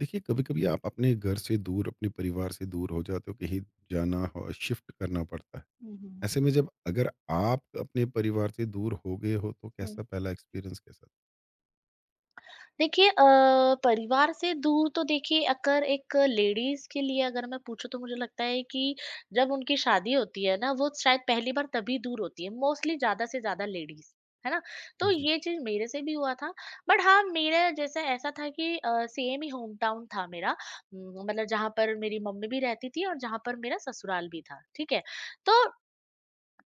देखिए, कभी कभी आप अपने घर से दूर अपने परिवार से दूर हो जाते हो। कहीं जाना हो, शिफ्ट करना पड़ता है। हुँ, हुँ, ऐसे में जब अगर आप अपने परिवार से दूर हो गए हो तो हुँ। कैसा पहला एक्सपीरियंस कैसा था? देखिए, परिवार से दूर तो देखिए, अगर एक लेडीज़ के लिए अगर मैं पूछूँ तो मुझे लगता है कि जब उनकी शादी होती है ना, वो शायद पहली बार तभी दूर होती है, मोस्टली ज़्यादा से ज़्यादा लेडीज़, है ना? तो जी। ये चीज़ मेरे से भी हुआ था। बट हाँ, मेरा जैसा ऐसा था कि सेम ही होम टाउन था मेरा। मतलब जहाँ पर मेरी मम्मी भी रहती थी और जहाँ पर मेरा ससुराल भी था, ठीक है? तो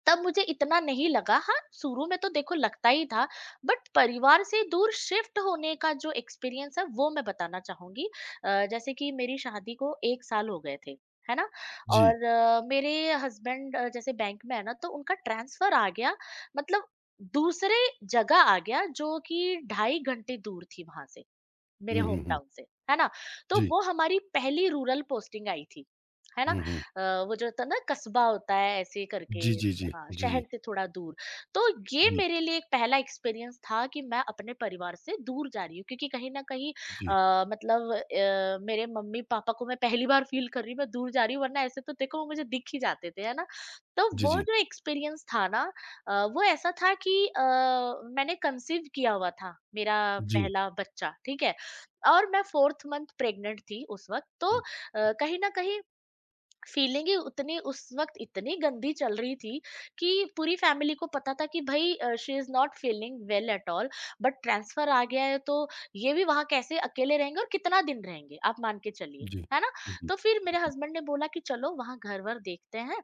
तब मुझे इतना नहीं लगा। हाँ, शुरू में तो देखो लगता ही था, बट परिवार से दूर शिफ्ट होने का जो एक्सपीरियंस है वो मैं बताना चाहूँगी। जैसे कि मेरी शादी को 1 साल हो गए थे, है ना? जी। और मेरे हस्बैंड जैसे बैंक में है ना, तो उनका ट्रांसफ़र आ गया, मतलब दूसरे जगह आ गया जो कि ढाई घंटे दूर थी वहाँ से। मेरे हम्म, हम्म, होम हम्म। टाउन से, है ना? तो जी। वो हमारी पहली रूरल पोस्टिंग आई थी, है ना? हम्म। वो जो होता है ना, कस्बा होता है ऐसे करके। जी जी जी हाँ, जी। शहर से थोड़ा दूर। तो ये जी मेरे लिए एक पहला एक्सपीरियंस था कि मैं अपने परिवार से दूर जा रही हूँ, क्योंकि कहीं न कहीं जी जी मतलब मेरे मम्मी-पापा को मैं पहली बार फ़ील कर रही हूँ, मैं दूर जा रही हूँ, वरना ऐसे तो देखो वो मुझे दिख ही जाते थे, है ना? तो वो जी। जो एक्सपीरियंस था ना, वो ऐसा था कि मैंने कंसीव किया हुआ था मेरा जी पहला बच्चा, ठीक है? और मैं 4th मंथ प्रेग्नेंट थी उस वक़्त, तो जी कहीं न कहीं फीलिंग ही उतनी उस वक़्त इतनी गंदी चल रही थी कि पूरी फैमिली को पता था कि भई she is not feeling well at all, but transfer आ गया है, तो ये भी वहाँ कैसे अकेले रहेंगे और कितना दिन रहेंगे, आप मान के चलिए, जी है ना? जी। तो फिर मेरे हस्बैंड ने बोला कि चलो वहाँ घर-वर देखते हैं,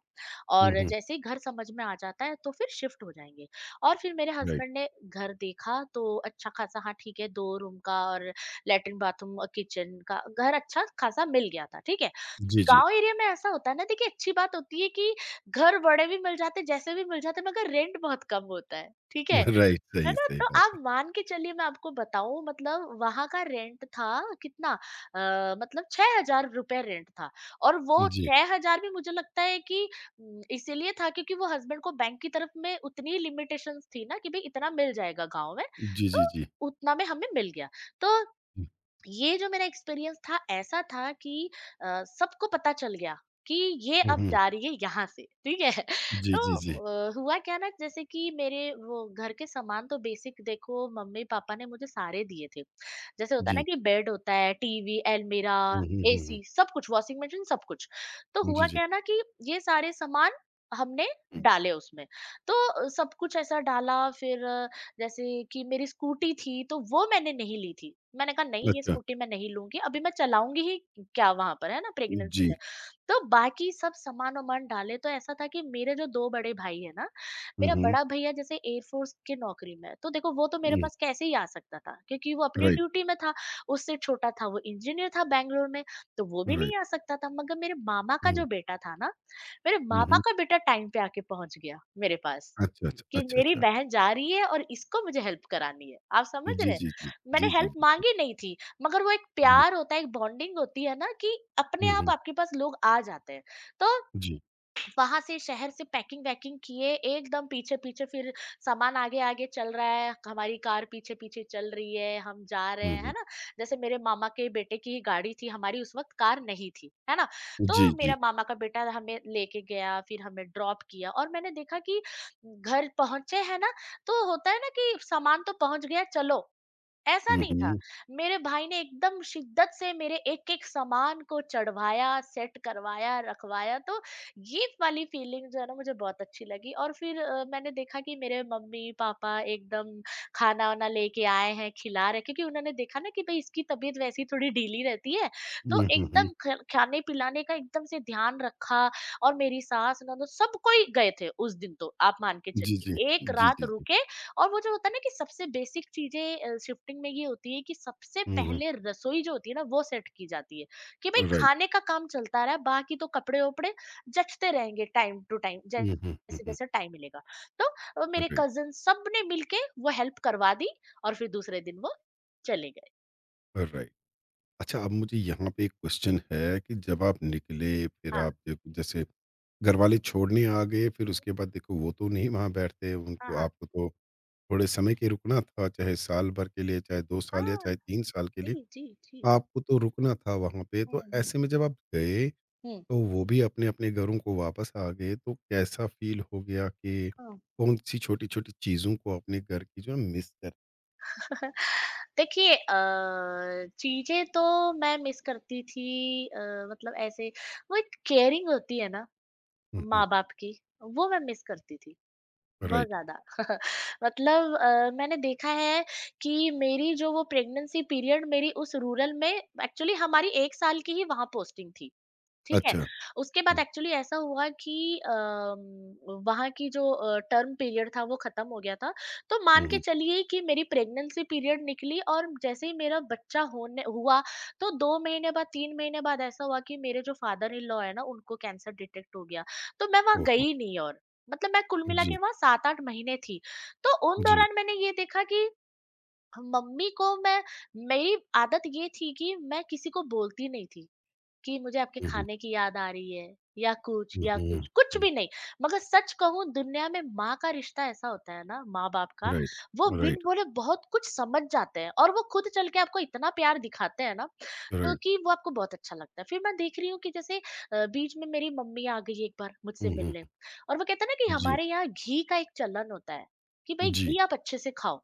हम्म, और हम्म। जैसे ही घर समझ में आ जाता है तो फिर शिफ्ट हो जाएँगे। और फिर मेरे राइट। हस्बैंड ने घर देखा तो अच्छा खासा, हाँ, ठीक है, 2 रूम का और लैट्रिन, बाथरूम और किचन का घर अच्छा खासा मिल गया था, ठीक है? जी जी। गाँव एरिया में ऐसा होता है ना, देखिए, अच्छी बात होती है कि घर बड़े भी मिल जाते हैं, जैसे भी मिल जाते हैं, मगर रेंट बहुत कम होता है, ठीक है? राइट, है सही ना? सही तो बात आप है। मान के चलिए, मैं आपको बताऊँ, मतलब वहाँ का रेंट था कितना, अ, मतलब ₹6000 रेंट था। और वो जी 6,000 भी मुझे लगता है कि इसीलिए था क्योंकि वो हस्बैंड को बैंक की तरफ में उतनी ही लिमिटेशंस थी ना कि भई इतना मिल जाएगा गाँव में, जी जी जी। तो जी। उतना में हमें मिल गया। तो ये जो मेरा एक्सपीरियंस था, ऐसा था कि सबको पता चल गया कि ये अब हम्म। जा रही है यहाँ से, ठीक है। जी तो जी जी हुआ क्या ना, जैसे कि मेरे वो घर के सामान तो बेसिक, देखो, मम्मी पापा ने मुझे सारे दिए थे। जैसे होता है ना जी। कि बेड होता है, टीवी, अलमीरा, हम्म, हम्म, हम्म, एसी, सब कुछ, वॉशिंग मशीन, सब कुछ। तो हम्म। जी हुआ जी। क्या ना कि ये सारे सामान हमने हम्म। डाले उसमें। तो सब कुछ ऐसा डाला। फिर जैसे कि मेरी स्कूटी थी तो वो मैंने नहीं ली थी। मैंने कहा नहीं, ये अच्छा। स्कूटी मैं नहीं लूँगी, अभी मैं चलाऊँगी ही क्या वहाँ पर, है ना, प्रेगनेंसी जी। में। तो बाकी सब सामान-वामान डाले, तो ऐसा था कि मेरे जो 2 बड़े भाई हैं ना, हुँ, मेरा हुँ, बड़ा भैया जैसे एयर फ़ोर्स की नौकरी में है, तो देखो वो तो मेरे हुँ। पास कैसे ही आ सकता था क्योंकि वो अपनी राइट, ड्यूटी में था। उससे छोटा था, वो इंजीनियर था बैंगलोर में, तो वो भी राइट। नहीं आ सकता था। मगर मेरे मामा का हुँ, जो बेटा था ना, मेरे हुँ, मामा हुँ। का बेटा टाइम पे आके पहुँच गया मेरे पास। अच्छा, अच्छा, कि अच्छा, मेरी अच्छा। बहन जा रही है और इसको मुझे हेल्प करानी है। आप समझ जी, रहे हैं, जी, जी। मैंने जी, जी, हेल्प बिल्कुल। मांगी नहीं थी, मगर वो एक जी। प्यार होता है, एक बॉन्डिंग होती है ना कि अपने हुँ, आप हुँ। आपके पास लोग आ जाते हैं। तो जी। वहाँ से, शहर से पैकिंग वैकिंग किए एकदम, पीछे-पीछे फिर सामान आगे-आगे चल रहा है, हमारी कार पीछे-पीछे चल रही है, हम जा रहे हुँ, हैं, है हुँ। ना? जैसे मेरे मामा के बेटे की ही गाड़ी थी, हमारी उस वक़्त कार नहीं थी, है ना? जी, तो जी। मेरा मामा का बेटा हमें लेके गया, फिर हमें ड्रॉप किया और मैंने देखा कि घर पहुँचे हैं ना, तो होता है ना कि सामान तो पहुँच गया, चलो। ऐसा हुँ, नहीं था। हुँ। मेरे भाई ने एकदम शिद्दत से मेरे एक-एक सामान को चढ़वाया, सेट करवाया, रखवाया, तो ये वाली फीलिंग जो है ना मुझे बहुत अच्छी लगी। और फिर मैंने देखा कि मेरे मम्मी-पापा एकदम खाना-वाना लेके आए हैं, खिला रहे हैं, क्योंकि उन्होंने देखा ना कि भई इसकी तबीयत वैसे ही थोड़ी ढीली रहती है, तो हुँ, हुँ, हुँ। एकदम ख खाने-पिलाने का एकदम से ध्यान रखा। और मेरी सास, ननद, सब कोई गए थे उस दिन तो, आप मान के जी, जी। चलिए। एक जी, रात जी, जी। रुके। और वो जो होता है ना कि सबसे बेसिक चीज़ें, शिफ्टिंग में ये होती है कि सबसे हुँ, हुँ। पहले रसोई जो होती है ना वो सेट की जाती है कि भाई राइट। खाने का काम चलता रहा, बाकी तो कपड़े-वपड़े जचते रहेंगे टाइम टू टाइम, हुँ, हुँ, हुँ, हुँ। जैसे-जैसे टाइम मिलेगा। तो मेरे राइट, कज़िन सब ने मिलके वो हेल्प करवा दी और फिर दूसरे दिन वो चले गए। राइट। अच्छा, अब मुझे यहाँ पे एक क्वेश्चन है कि जब आप निकले, फिर हाँ। आप ज जैसे घरवाले छोड़ने आ गए, फिर उसके बाद देखो वो तो नहीं वहाँ बैठते, हाँ, उनको हाँ। आपको तो थोड़े समय के रुकना था, चाहे साल भर के लिए, चाहे 2 साल या हाँ। चाहे 3 साल के लिए। जी, जी, जी। आपको तो रुकना था वहाँ पे, तो हुँ, हुँ। ऐसे में जब आप गए, हुँ। तो वो भी अपने-अपने घरों को वापस आ गए, तो कैसा फ़ील हो गया कि हुँ। कौन-सी छोटी-छोटी चीज़ों को अपने घर की जो है मिस कर। देखिए, चीज़ें तो मैं मिस करती थी, अ, मतलब ऐसे वो एक केयरिंग होती है ना हुँ, हुँ। माँ-बाप की, वो मैं मिस करती थी, बहुत राइट। ज़्यादा। मतलब मैंने देखा है कि मेरी जो वो प्रेग्नेंसी पीरियड मेरी उस रूरल में, एक्चुअली हमारी 1 साल की ही वहाँ पोस्टिंग थी। ठीक है? अच्छा। उसके बाद हुँ, एक्चुअली ऐसा हुआ कि अम, वहाँ की जो टर्म पीरियड था वो खत्म हो गया था। तो हुँ, मान के हुँ। चलिए कि मेरी प्रेग्नेंसी पीरियड निकली, और जैसे ही मेरा बच्चा होने हुआ तो 2 महीने बाद, 3 महीने बाद ऐसा हुआ कि मेरे जो फादर इन लॉ है ना, उनको कैंसर डिटेक्ट हो गया। तो मैं वहाँ ओहो! गई नहीं, और मतलब मैं कुल मिला के जी, वहाँ 7-8 महीने थी। तो उन जी। दौरान मैंने ये देखा कि मम्मी को मैं, मेरी आदत ये थी कि मैं किसी को बोलती नहीं थी कि मुझे आपके हुँ, हुँ, खाने की याद आ रही है या कुछ, हुँ, या हुँ, कुछ, कुछ हुँ। भी नहीं। मगर सच कहूं, दुनिया में माँ का रिश्ता ऐसा होता है ना, माँ बाप का, राइट, वो बिन राइट, बोले बहुत कुछ समझ जाते हैं और वो खुद चल के आपको इतना प्यार दिखाते हैं ना, तो राइट। कि वो आपको बहुत अच्छा लगता है। फिर मैं देख रही हूँ कि जैसे बीच में मेरी मम्मी आ गई एक बार मुझसे हुँ, हुँ। मिलने, और वो कहते हैं ना कि जी, हमारे यहाँ घी का एक चलन होता है कि भाई जी। घी आप अच्छे से खाओ।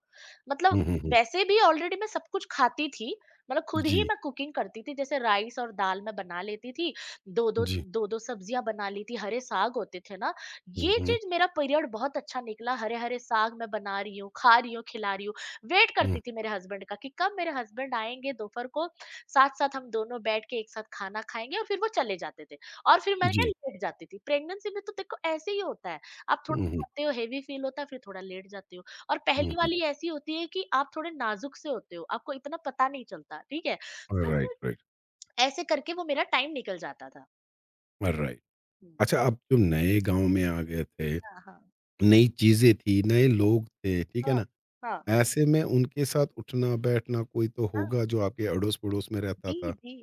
मतलब, हुँ, हुँ, हुँ। वैसे भी ऑलरेडी मैं सब कुछ खाती थी, मतलब खुद ही जी, मैं कुकिंग करती थी, जैसे राइस और दाल मैं बना लेती थी। दो दो जी। दो दो सब्जियां बना ली थी, हरे साग होते थे ना, हुँ, ये हुँ, चीज मेरा पीरियड बहुत अच्छा निकला। हरे हरे साग मैं बना रही हूँ, खा रही हूँ, खिला रही हूँ। वेट हुँ। करती थी मेरे हस्बैंड का कि कब मेरे हस्बैंड आएंगे दोपहर को, साथ साथ हम दोनों बैठ के एक साथ खाना खाएंगे, और फिर वो चले जाते थे। और फिर मैंने क्या, जी। लेट जाती थी प्रेगनेंसी में, तो देखो ऐसे ही होता है, आप थोड़ा हुँ, हुँ, खाते हो हेवी फील होता है, फिर थोड़ा लेट जाते हो। और हुँ, पहली हुँ। वाली ऐसी होती है कि आप थोड़े नाजुक से होते हो, आपको इतना पता नहीं चलता, ठीक है? तो राइट, फिर राइट, ऐसे करके वो मेरा टाइम निकल जाता था। राइट। हुँ। अच्छा, आप जो नए गाँव में आ गए थे, हाँ, नई चीज़ें थी, नए लोग थे, ठीक है ना? हाँ। ऐसे में उनके साथ उठना-बैठना कोई तो होगा जो आपके अड़ोस-पड़ोस में रहता जी, था, जी।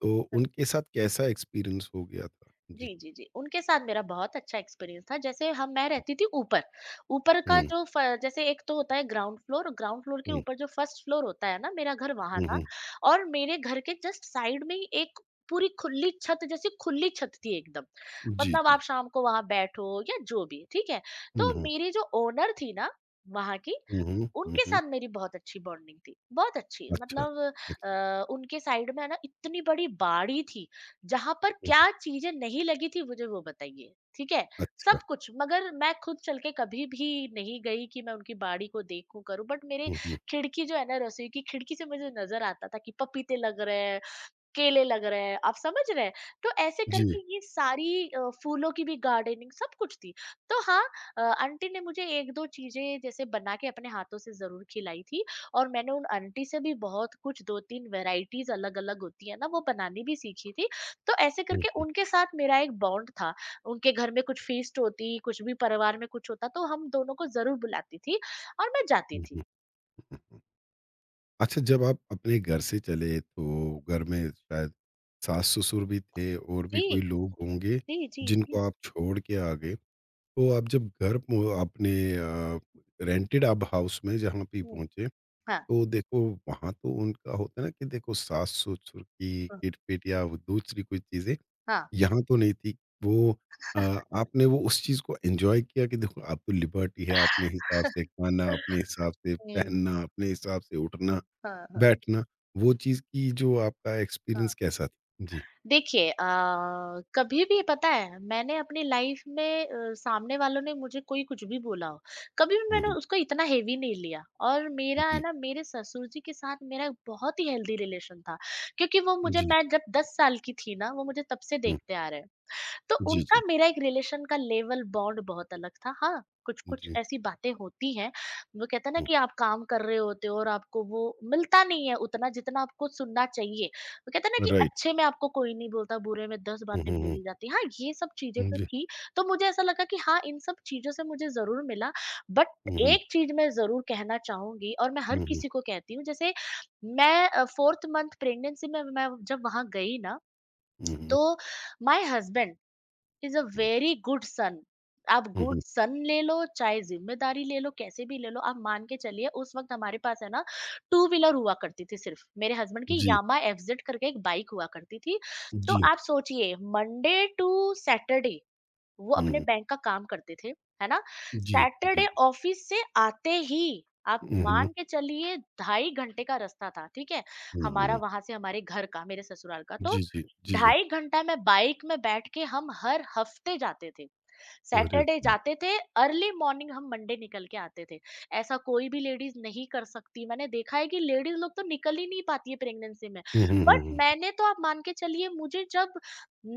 तो उनके साथ कैसा एक्सपीरियंस हो गया था? जी। जी, जी, जी। उनके साथ मेरा बहुत अच्छा एक्सपीरियंस था। जैसे हम मैं रहती थी ऊपर, ऊपर का हुँ, जो फ जैसे, एक तो होता है ग्राउंड फ्लोर के हुँ, ऊपर जो फर्स्ट फ्लोर होता है ना, मेरा घर वहाँ हुँ, था। हुँ। और मेरे घर के जस्ट साइड में ही एक पूरी खुली छत, जैसी खुली छत थी एकदम। जी, मतलब आप जी। शाम को वहाँ बैठो या जो भी, ठीक है? हुँ, तो हुँ, मेरी जो ओनर थी ना वहाँ की, हुँ, हुँ, हुँ, उनके हुँ। साथ मेरी बहुत अच्छी बॉन्डिंग थी, बहुत अच्छी। अच्छा, मतलब अच्छा। उनके साइड में है ना इतनी बड़ी बाड़ी थी जहाँ पर हुँ, हुँ। क्या चीजें नहीं लगी थी, मुझे वो बताइए, ठीक है, अच्छा। सब कुछ। मगर मैं खुद चल के कभी भी नहीं गई कि मैं उनकी बाड़ी को देखूं करूं, बट मेरे हुँ, हुँ। खिड़की जो है ना, रसोई की खिड़की से मुझे नजर आता था कि पपीते लग रहे हैं, केले लग रहे हैं, आप समझ रहे हैं? तो ऐसे जी। करके ये सारी फूलों की भी गार्डनिंग सब कुछ थी। तो हाँ आंटी ने मुझे 1-2 चीज़ें जैसे बना के अपने हाथों से ज़रूर खिलाई थी और मैंने उन आंटी से भी बहुत कुछ 2-3 वैराइटीज़ अलग-अलग होती है ना, वो बनानी भी सीखी थी। तो ऐसे हुँ, करके हुँ, उनके साथ मेरा एक बॉन्ड था। उनके घर में कुछ फ़ीस्ट होती, कुछ भी परिवार में कुछ होता तो हम दोनों को ज़रूर बुलाती थी और मैं जाती हुँ, थी। हुँ, हुँ, हुँ। अच्छा, जब आप अपने घर से चले तो घर में शायद सास-ससुर भी थे और भी जी, कोई लोग होंगे, जी, जी, जी। जिनको आप छोड़ के आ गए? तो हुँ, आप जब घर पहुँ अपने अ, रेंटेड आप हाउस में जहाँ पे हुँ। पहुँचे, हाँ, तो देखो वहाँ तो उनका होता है ना कि देखो सास-ससुर की हाँ, किट-पिट या वो दूसरी कोई चीज़ें, हाँ। यहाँ तो नहीं थी। वो अ, आपने वो उस चीज़ को एन्जॉय किया कि देखो अब तो लिबर्टी है, अपने हिसाब से खाना, अपने हिसाब से हुँ। पहनना, अपने हिसाब से उठना, हाँ, हाँ, बैठना। वो चीज़ की जो आपका हाँ। एक्सपीरियंस कैसा था? जी। देखिए कभी भी पता है मैंने अपनी लाइफ में सामने वालों ने मुझे कोई कुछ भी बोला हो, कभी भी हुँ, मैंने हुँ। उसको इतना हेवी नहीं लिया। और मेरा है जी, ना मेरे ससुर जी के साथ मेरा बहुत ही हेल्दी रिलेशन था क्योंकि वो मुझे जी। मैं जब 10 साल की थी ना, वो मुझे तब से हुँ। देखते आ रहे हैं। तो जी, उनका जी, मेरा एक रिलेशन का लेवल बॉन्ड बहुत अलग था। हाँ, कुछ-कुछ जी। ऐसी बातें होती हैं, वो कहते हैं ना हुँ। कि आप काम कर रहे होते हो और आपको वो मिलता नहीं है उतना जितना आपको सुनना चाहिए। वो कहते हैं ना कि राइट। अच्छे में आपको कोई नहीं बोलता, बुरे में 10 हुँ, बातें हुँ, हुँ। बोली जाती हैं। हाँ, ये सब चीज़ें हुँ, तो जी। थी, तो मुझे ऐसा लगा कि हाँ, इन सब चीज़ों से मुझे ज़रूर मिला, बट हुँ, हुँ, एक चीज़ मैं ज़रूर कहना चाहूँगी और मैं हर हुँ, हुँ, किसी को कहती हूँ। जैसे मैं 4th मंथ प्रेगनेंसी में मैं जब वहाँ गई ना, हुँ, तो my husband is a hmm, very good son. आप हुँ, हुँ। गुड सन ले लो चाहे जिम्मेदारी ले लो कैसे भी ले लो, आप मान के चलिए उस वक्त हमारे पास है ना टू व्हीलर हुआ करती थी। सिर्फ मेरे हस्बैंड की जी, यामा एफजेड करके एक बाइक हुआ करती थी। तो जी। आप सोचिए मंडे टू सैटरडे वो अपने हुँ। बैंक का काम करते थे, है ना? जी, सैटरडे जी। ऑफिस से आते ही आप हुँ, हुँ, मान के चलिए 2.5 घंटे का रास्ता था, ठीक है? हुँ, हमारा हुँ। वहाँ से हमारे घर का, मेरे ससुराल का। तो जी, जी, जी, जी। 2.5 घंटा मैं बाइक में बैठ के हम हर हफ्ते जाते थे। अरे! सैटरडे जाते थे, अर्ली मॉर्निंग हम मंडे निकल के आते थे। ऐसा कोई भी लेडीज नहीं कर सकती, मैंने देखा है कि लेडीज लोग तो निकल ही नहीं पाती है प्रेगनेंसी में। हुँ, हुँ, हुँ, बट हुँ, मैंने तो आप मान के चलिए मुझे जब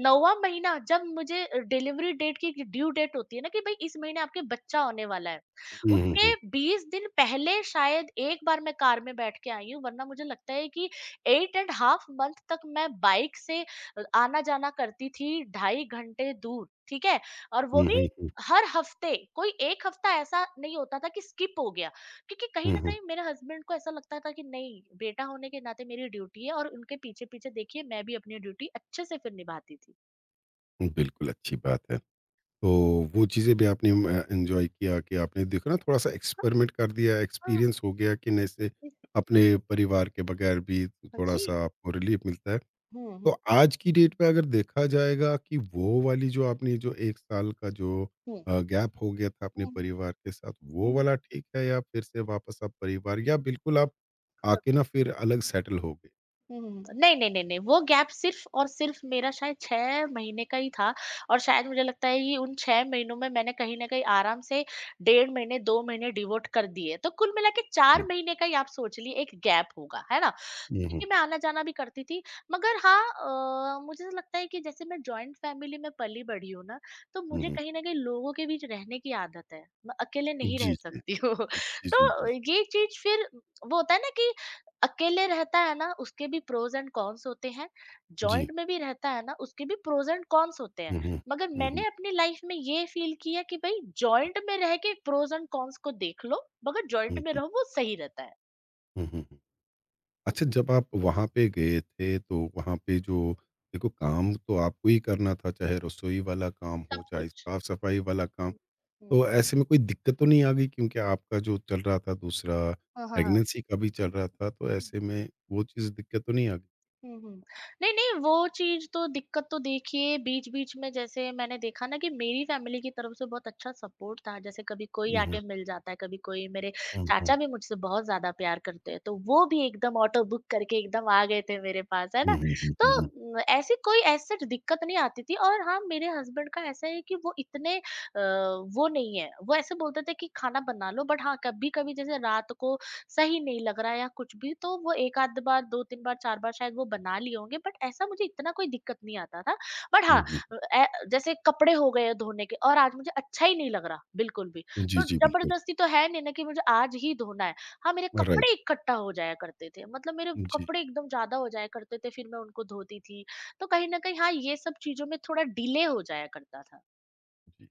नौवा महीना जब मुझे डिलीवरी डेट की ड्यू डेट होती है ना कि भाई इस महीने आपके बच्चा होने वाला है, हुँ, हुँ, उसके हुँ, 20 दिन पहले शायद एक बार मैं कार में बैठ के आई हूँ। वरना मुझे लगता है कि 8.5 मंथ तक मैं बाइक से आना जाना करती थी 2.5 घंटे दूर, ठीक है? और वो हुँ, भी हुँ, हुँ, हर हफ्ते, कोई एक हफ्ता ऐसा नहीं होता था कि स्किप हो गया क्योंकि कहीं ना हुँ, कहीं मेरे हस्बैंड को ऐसा लगता था कि नहीं बेटा होने के नाते मेरी ड्यूटी है और उनके पीछे पीछे देखिए मैं भी अपनी ड्यूटी अच्छे से फिर निभाती थी। हुँ, बिल्कुल अच्छी बात है। तो वो चीज़ें भी आपने एन्जॉय किया कि आपने देखो ना थोड़ा-सा हाँ, एक्सपेरिमेंट कर दिया, हाँ, एक्सपीरियंस हो गया कि नहीं से इस- अपने परिवार के बगैर भी जी। थोड़ा-सा आपको रिलीफ़ मिलता है। हम्म। तो हम्म। आज की डेट में अगर देखा जाएगा कि वो वाली जो आपने जो 1 साल का जो हम्म। गैप हो गया था अपने परिवार के साथ, वो हम्म, वाला ठीक है या फिर से वापस आप परिवार या बिल्कुल आप आके ना फिर अलग सेटल हो गए? हुँ, नहीं, नहीं, नहीं, नहीं, वो गैप सिर्फ़ और सिर्फ़ मेरा शायद 6 महीने का ही था और शायद मुझे लगता है कि उन 6 महीनों में मैंने कहीं न कहीं आराम से 1.5 महीने, 2 महीने डिवोट कर दिए। तो कुल मिला के 4 हुँ, महीने का ही आप सोच लिए एक गैप होगा, है ना? हुँ, हुँ, क्योंकि मैं आना-जाना भी करती थी। मगर हाँ मुझे ऐसा लगता है कि जैसे मैं जॉइंट फैमिली में पली-बढ़ी हूँ ना, तो हुँ, मुझे हुँ। कहीं न कहीं लोगों के बीच रहने की आदत है। मैं अकेले नहीं जी, रह जी। सकती हूँ। जी, जी, जी, तो जी। ये चीज़ फिर वो होता है ना कि अकेले रहता है ना, उसके भी प्रोज़ एंड कॉन्स होते हैं। जी। जॉइंट में भी रहता है ना, उसके भी प्रोज़ एंड कॉन्स होते हैं। हुँ, हुँ। मगर हुँ, हुँ, मैंने अपनी लाइफ़ में ये फ़ील किया कि भई जॉइंट में रह के प्रोज़ एंड कॉन्स को देख लो, मगर जॉइंट हुँ, में हुँ, रहो वो सही रहता है, हुँ, हुँ, हुँ। अच्छा, जब आप वहाँ पे गए थे तो वहाँ पे जो देखो काम तो आपको ही करना था, चाहे रसोई वाला काम हो, सब चाहे कुछ। साफ-सफाई वाला काम, हुँ। हुँ। तो ऐसे में कोई दिक्कत तो नहीं आ गई क्योंकि आपका जो चल रहा था दूसरा हाँ, हाँ, हाँ। प्रेगनेंसी का भी चल रहा था, तो हुँ, ऐसे में वो चीज़ दिक्कत तो नहीं आ गई? हुँ, हुँ। नहीं, नहीं वो चीज़ तो दिक्कत तो देखिए बीच-बीच में जैसे मैंने देखा ना कि मेरी फैमिली की तरफ से बहुत अच्छा सपोर्ट था, जैसे कभी कोई हुँ, हुँ, आके मिल जाता है, कभी कोई मेरे हुँ, हुँ। चाचा भी मुझसे बहुत ज़्यादा प्यार करते हैं, तो वो भी एकदम ऑटो बुक करके एकदम आ गए थे मेरे पास, है हुँ, ना? हुँ, हुँ, तो हुँ, ऐसी कोई एज़ सच दिक्कत नहीं आती थी। और हाँ, मेरे हस्बैंड का ऐसा है कि वो इतने वो नहीं है, वो ऐसे बोलते थे कि खाना बना लो बट हाँ, कभी-कभी जैसे रात को सही नहीं लग रहा है या कुछ भी तो वो 1 आध बार, 2-3 बार, 4 बार शायद वो बना लिए होंगे। बट ऐसा मुझे इतना कोई दिक्कत नहीं आता था। बट हाँ, हुँ, हुँ, हुँ। ए जैसे कपड़े हो गए धोने के और आज मुझे अच्छा ही नहीं लग रहा बिल्कुल भी। जी, तो जी, बिल्कुल। ज़बरदस्ती तो है नहीं ना कि मुझे आज ही धोना है। हाँ, मेरे राइट। कपड़े इकट्ठा हो जाया करते थे मतलब मेरे जी, कपड़े एकदम ज़्यादा हो जाया करते थे फिर मैं उनको धोती थी। तो कहीं न कहीं हाँ, ये सब चीज़ों में थोड़ा डिले हो जाया करता था। जी।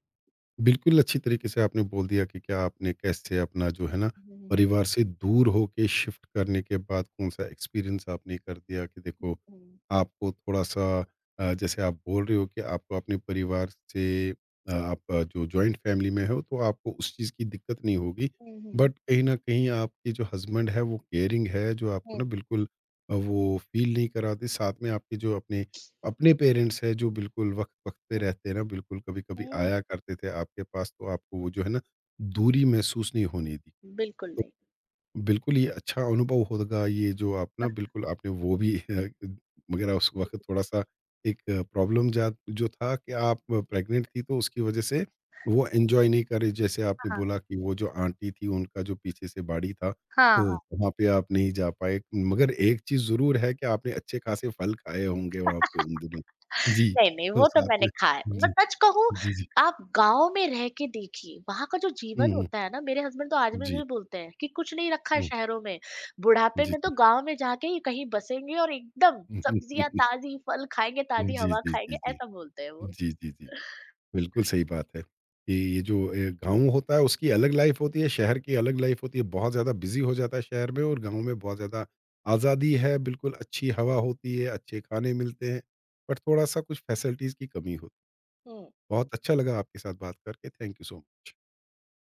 बिल्कुल अच्छी तरीके से आपने बोल दिया कि क्या आपने कैसे अपना जो है ना हुँ, हुँ, परिवार से दूर होके शिफ्ट करने के बाद कौन सा एक्सपीरियंस आपने कर दिया कि देखो हुँ, आपको थोड़ा सा जैसे आप बोल रहे हो कि आपको अपने परिवार से आप जो जॉइंट फैमिली में हो तो आपको उस चीज़ की दिक्कत नहीं होगी, हुँ, हुँ, बट कहीं ना कहीं आपके जो हस्बैंड है वो केयरिंग है जो आपको ना हुँ, बिल्कुल वो फील नहीं कराते। साथ में आपके जो अपने अपने पेरेंट्स हैं जो बिल्कुल वक़्त-वक़्त पे हुँ, रहते हैं ना, बिल्कुल कभी-कभी हुँ। आया करते थे आपके पास, तो आपको वो जो है ना, दूरी महसूस नहीं होने दी। बिल्कुल नहीं। बिल्कुल, ये अच्छा अनुभव होगा, ये जो आप ना हाँ, बिल्कुल आपने वो भी मगर उस वक़्त थोड़ा-सा एक प्रॉब्लम जा जो था कि आप प्रेग्नेंट थी, तो उसकी वज़ह से वो एन्जॉय नहीं कर रही, जैसे आपने बोला कि वो जो आंटी थी उनका जो पीछे से बाड़ी था, हाँ, तो हाँ। वहाँ पे आप नहीं जा पाए। मगर एक चीज़ ज़रूर है कि आपने अच्छे खासे फल खाए होंगे वहाँ पे उन दिनों। जी। नहीं, नहीं, तो वो तो साथ मैंने में। खाया है। मैं जी, सच कहूँ जी, जी। आप गाँव में रह के देखिए, वहाँ का जो हुँ, जीवन हुँ। होता है ना मेरे हस्बैंड तो आज भी जी। मुझे बोलते हैं कि कुछ नहीं रखा है हुँ। शहरों में, बुढ़ापे जी, में तो जी। गाँव में जाके ही कहीं बसेंगे और एकदम सब्जियाँ ताज़ी, फल खाएँगे, ताज़ी जी, हवा जी, जी, खाएँगे, जी। ऐसा बोलते हैं वो। जी, जी, जी। बिल्कुल सही बात है कि ये जो गाँव होता है उसकी अलग लाइफ होती है, शहर की अलग लाइफ होती है। बहुत ज़्यादा बिज़ी हो जाता है शहर में और गाँव में बहुत ज़्यादा आज़ादी है, बिल्कुल अच्छी हवा होती है, अच्छे खाने मिलते हैं, बट थोड़ा-सा कुछ फैसिलिटीज़ की कमी होती है। हुँ। बहुत अच्छा लगा आपके साथ बात करके, थैंक यू सो मच।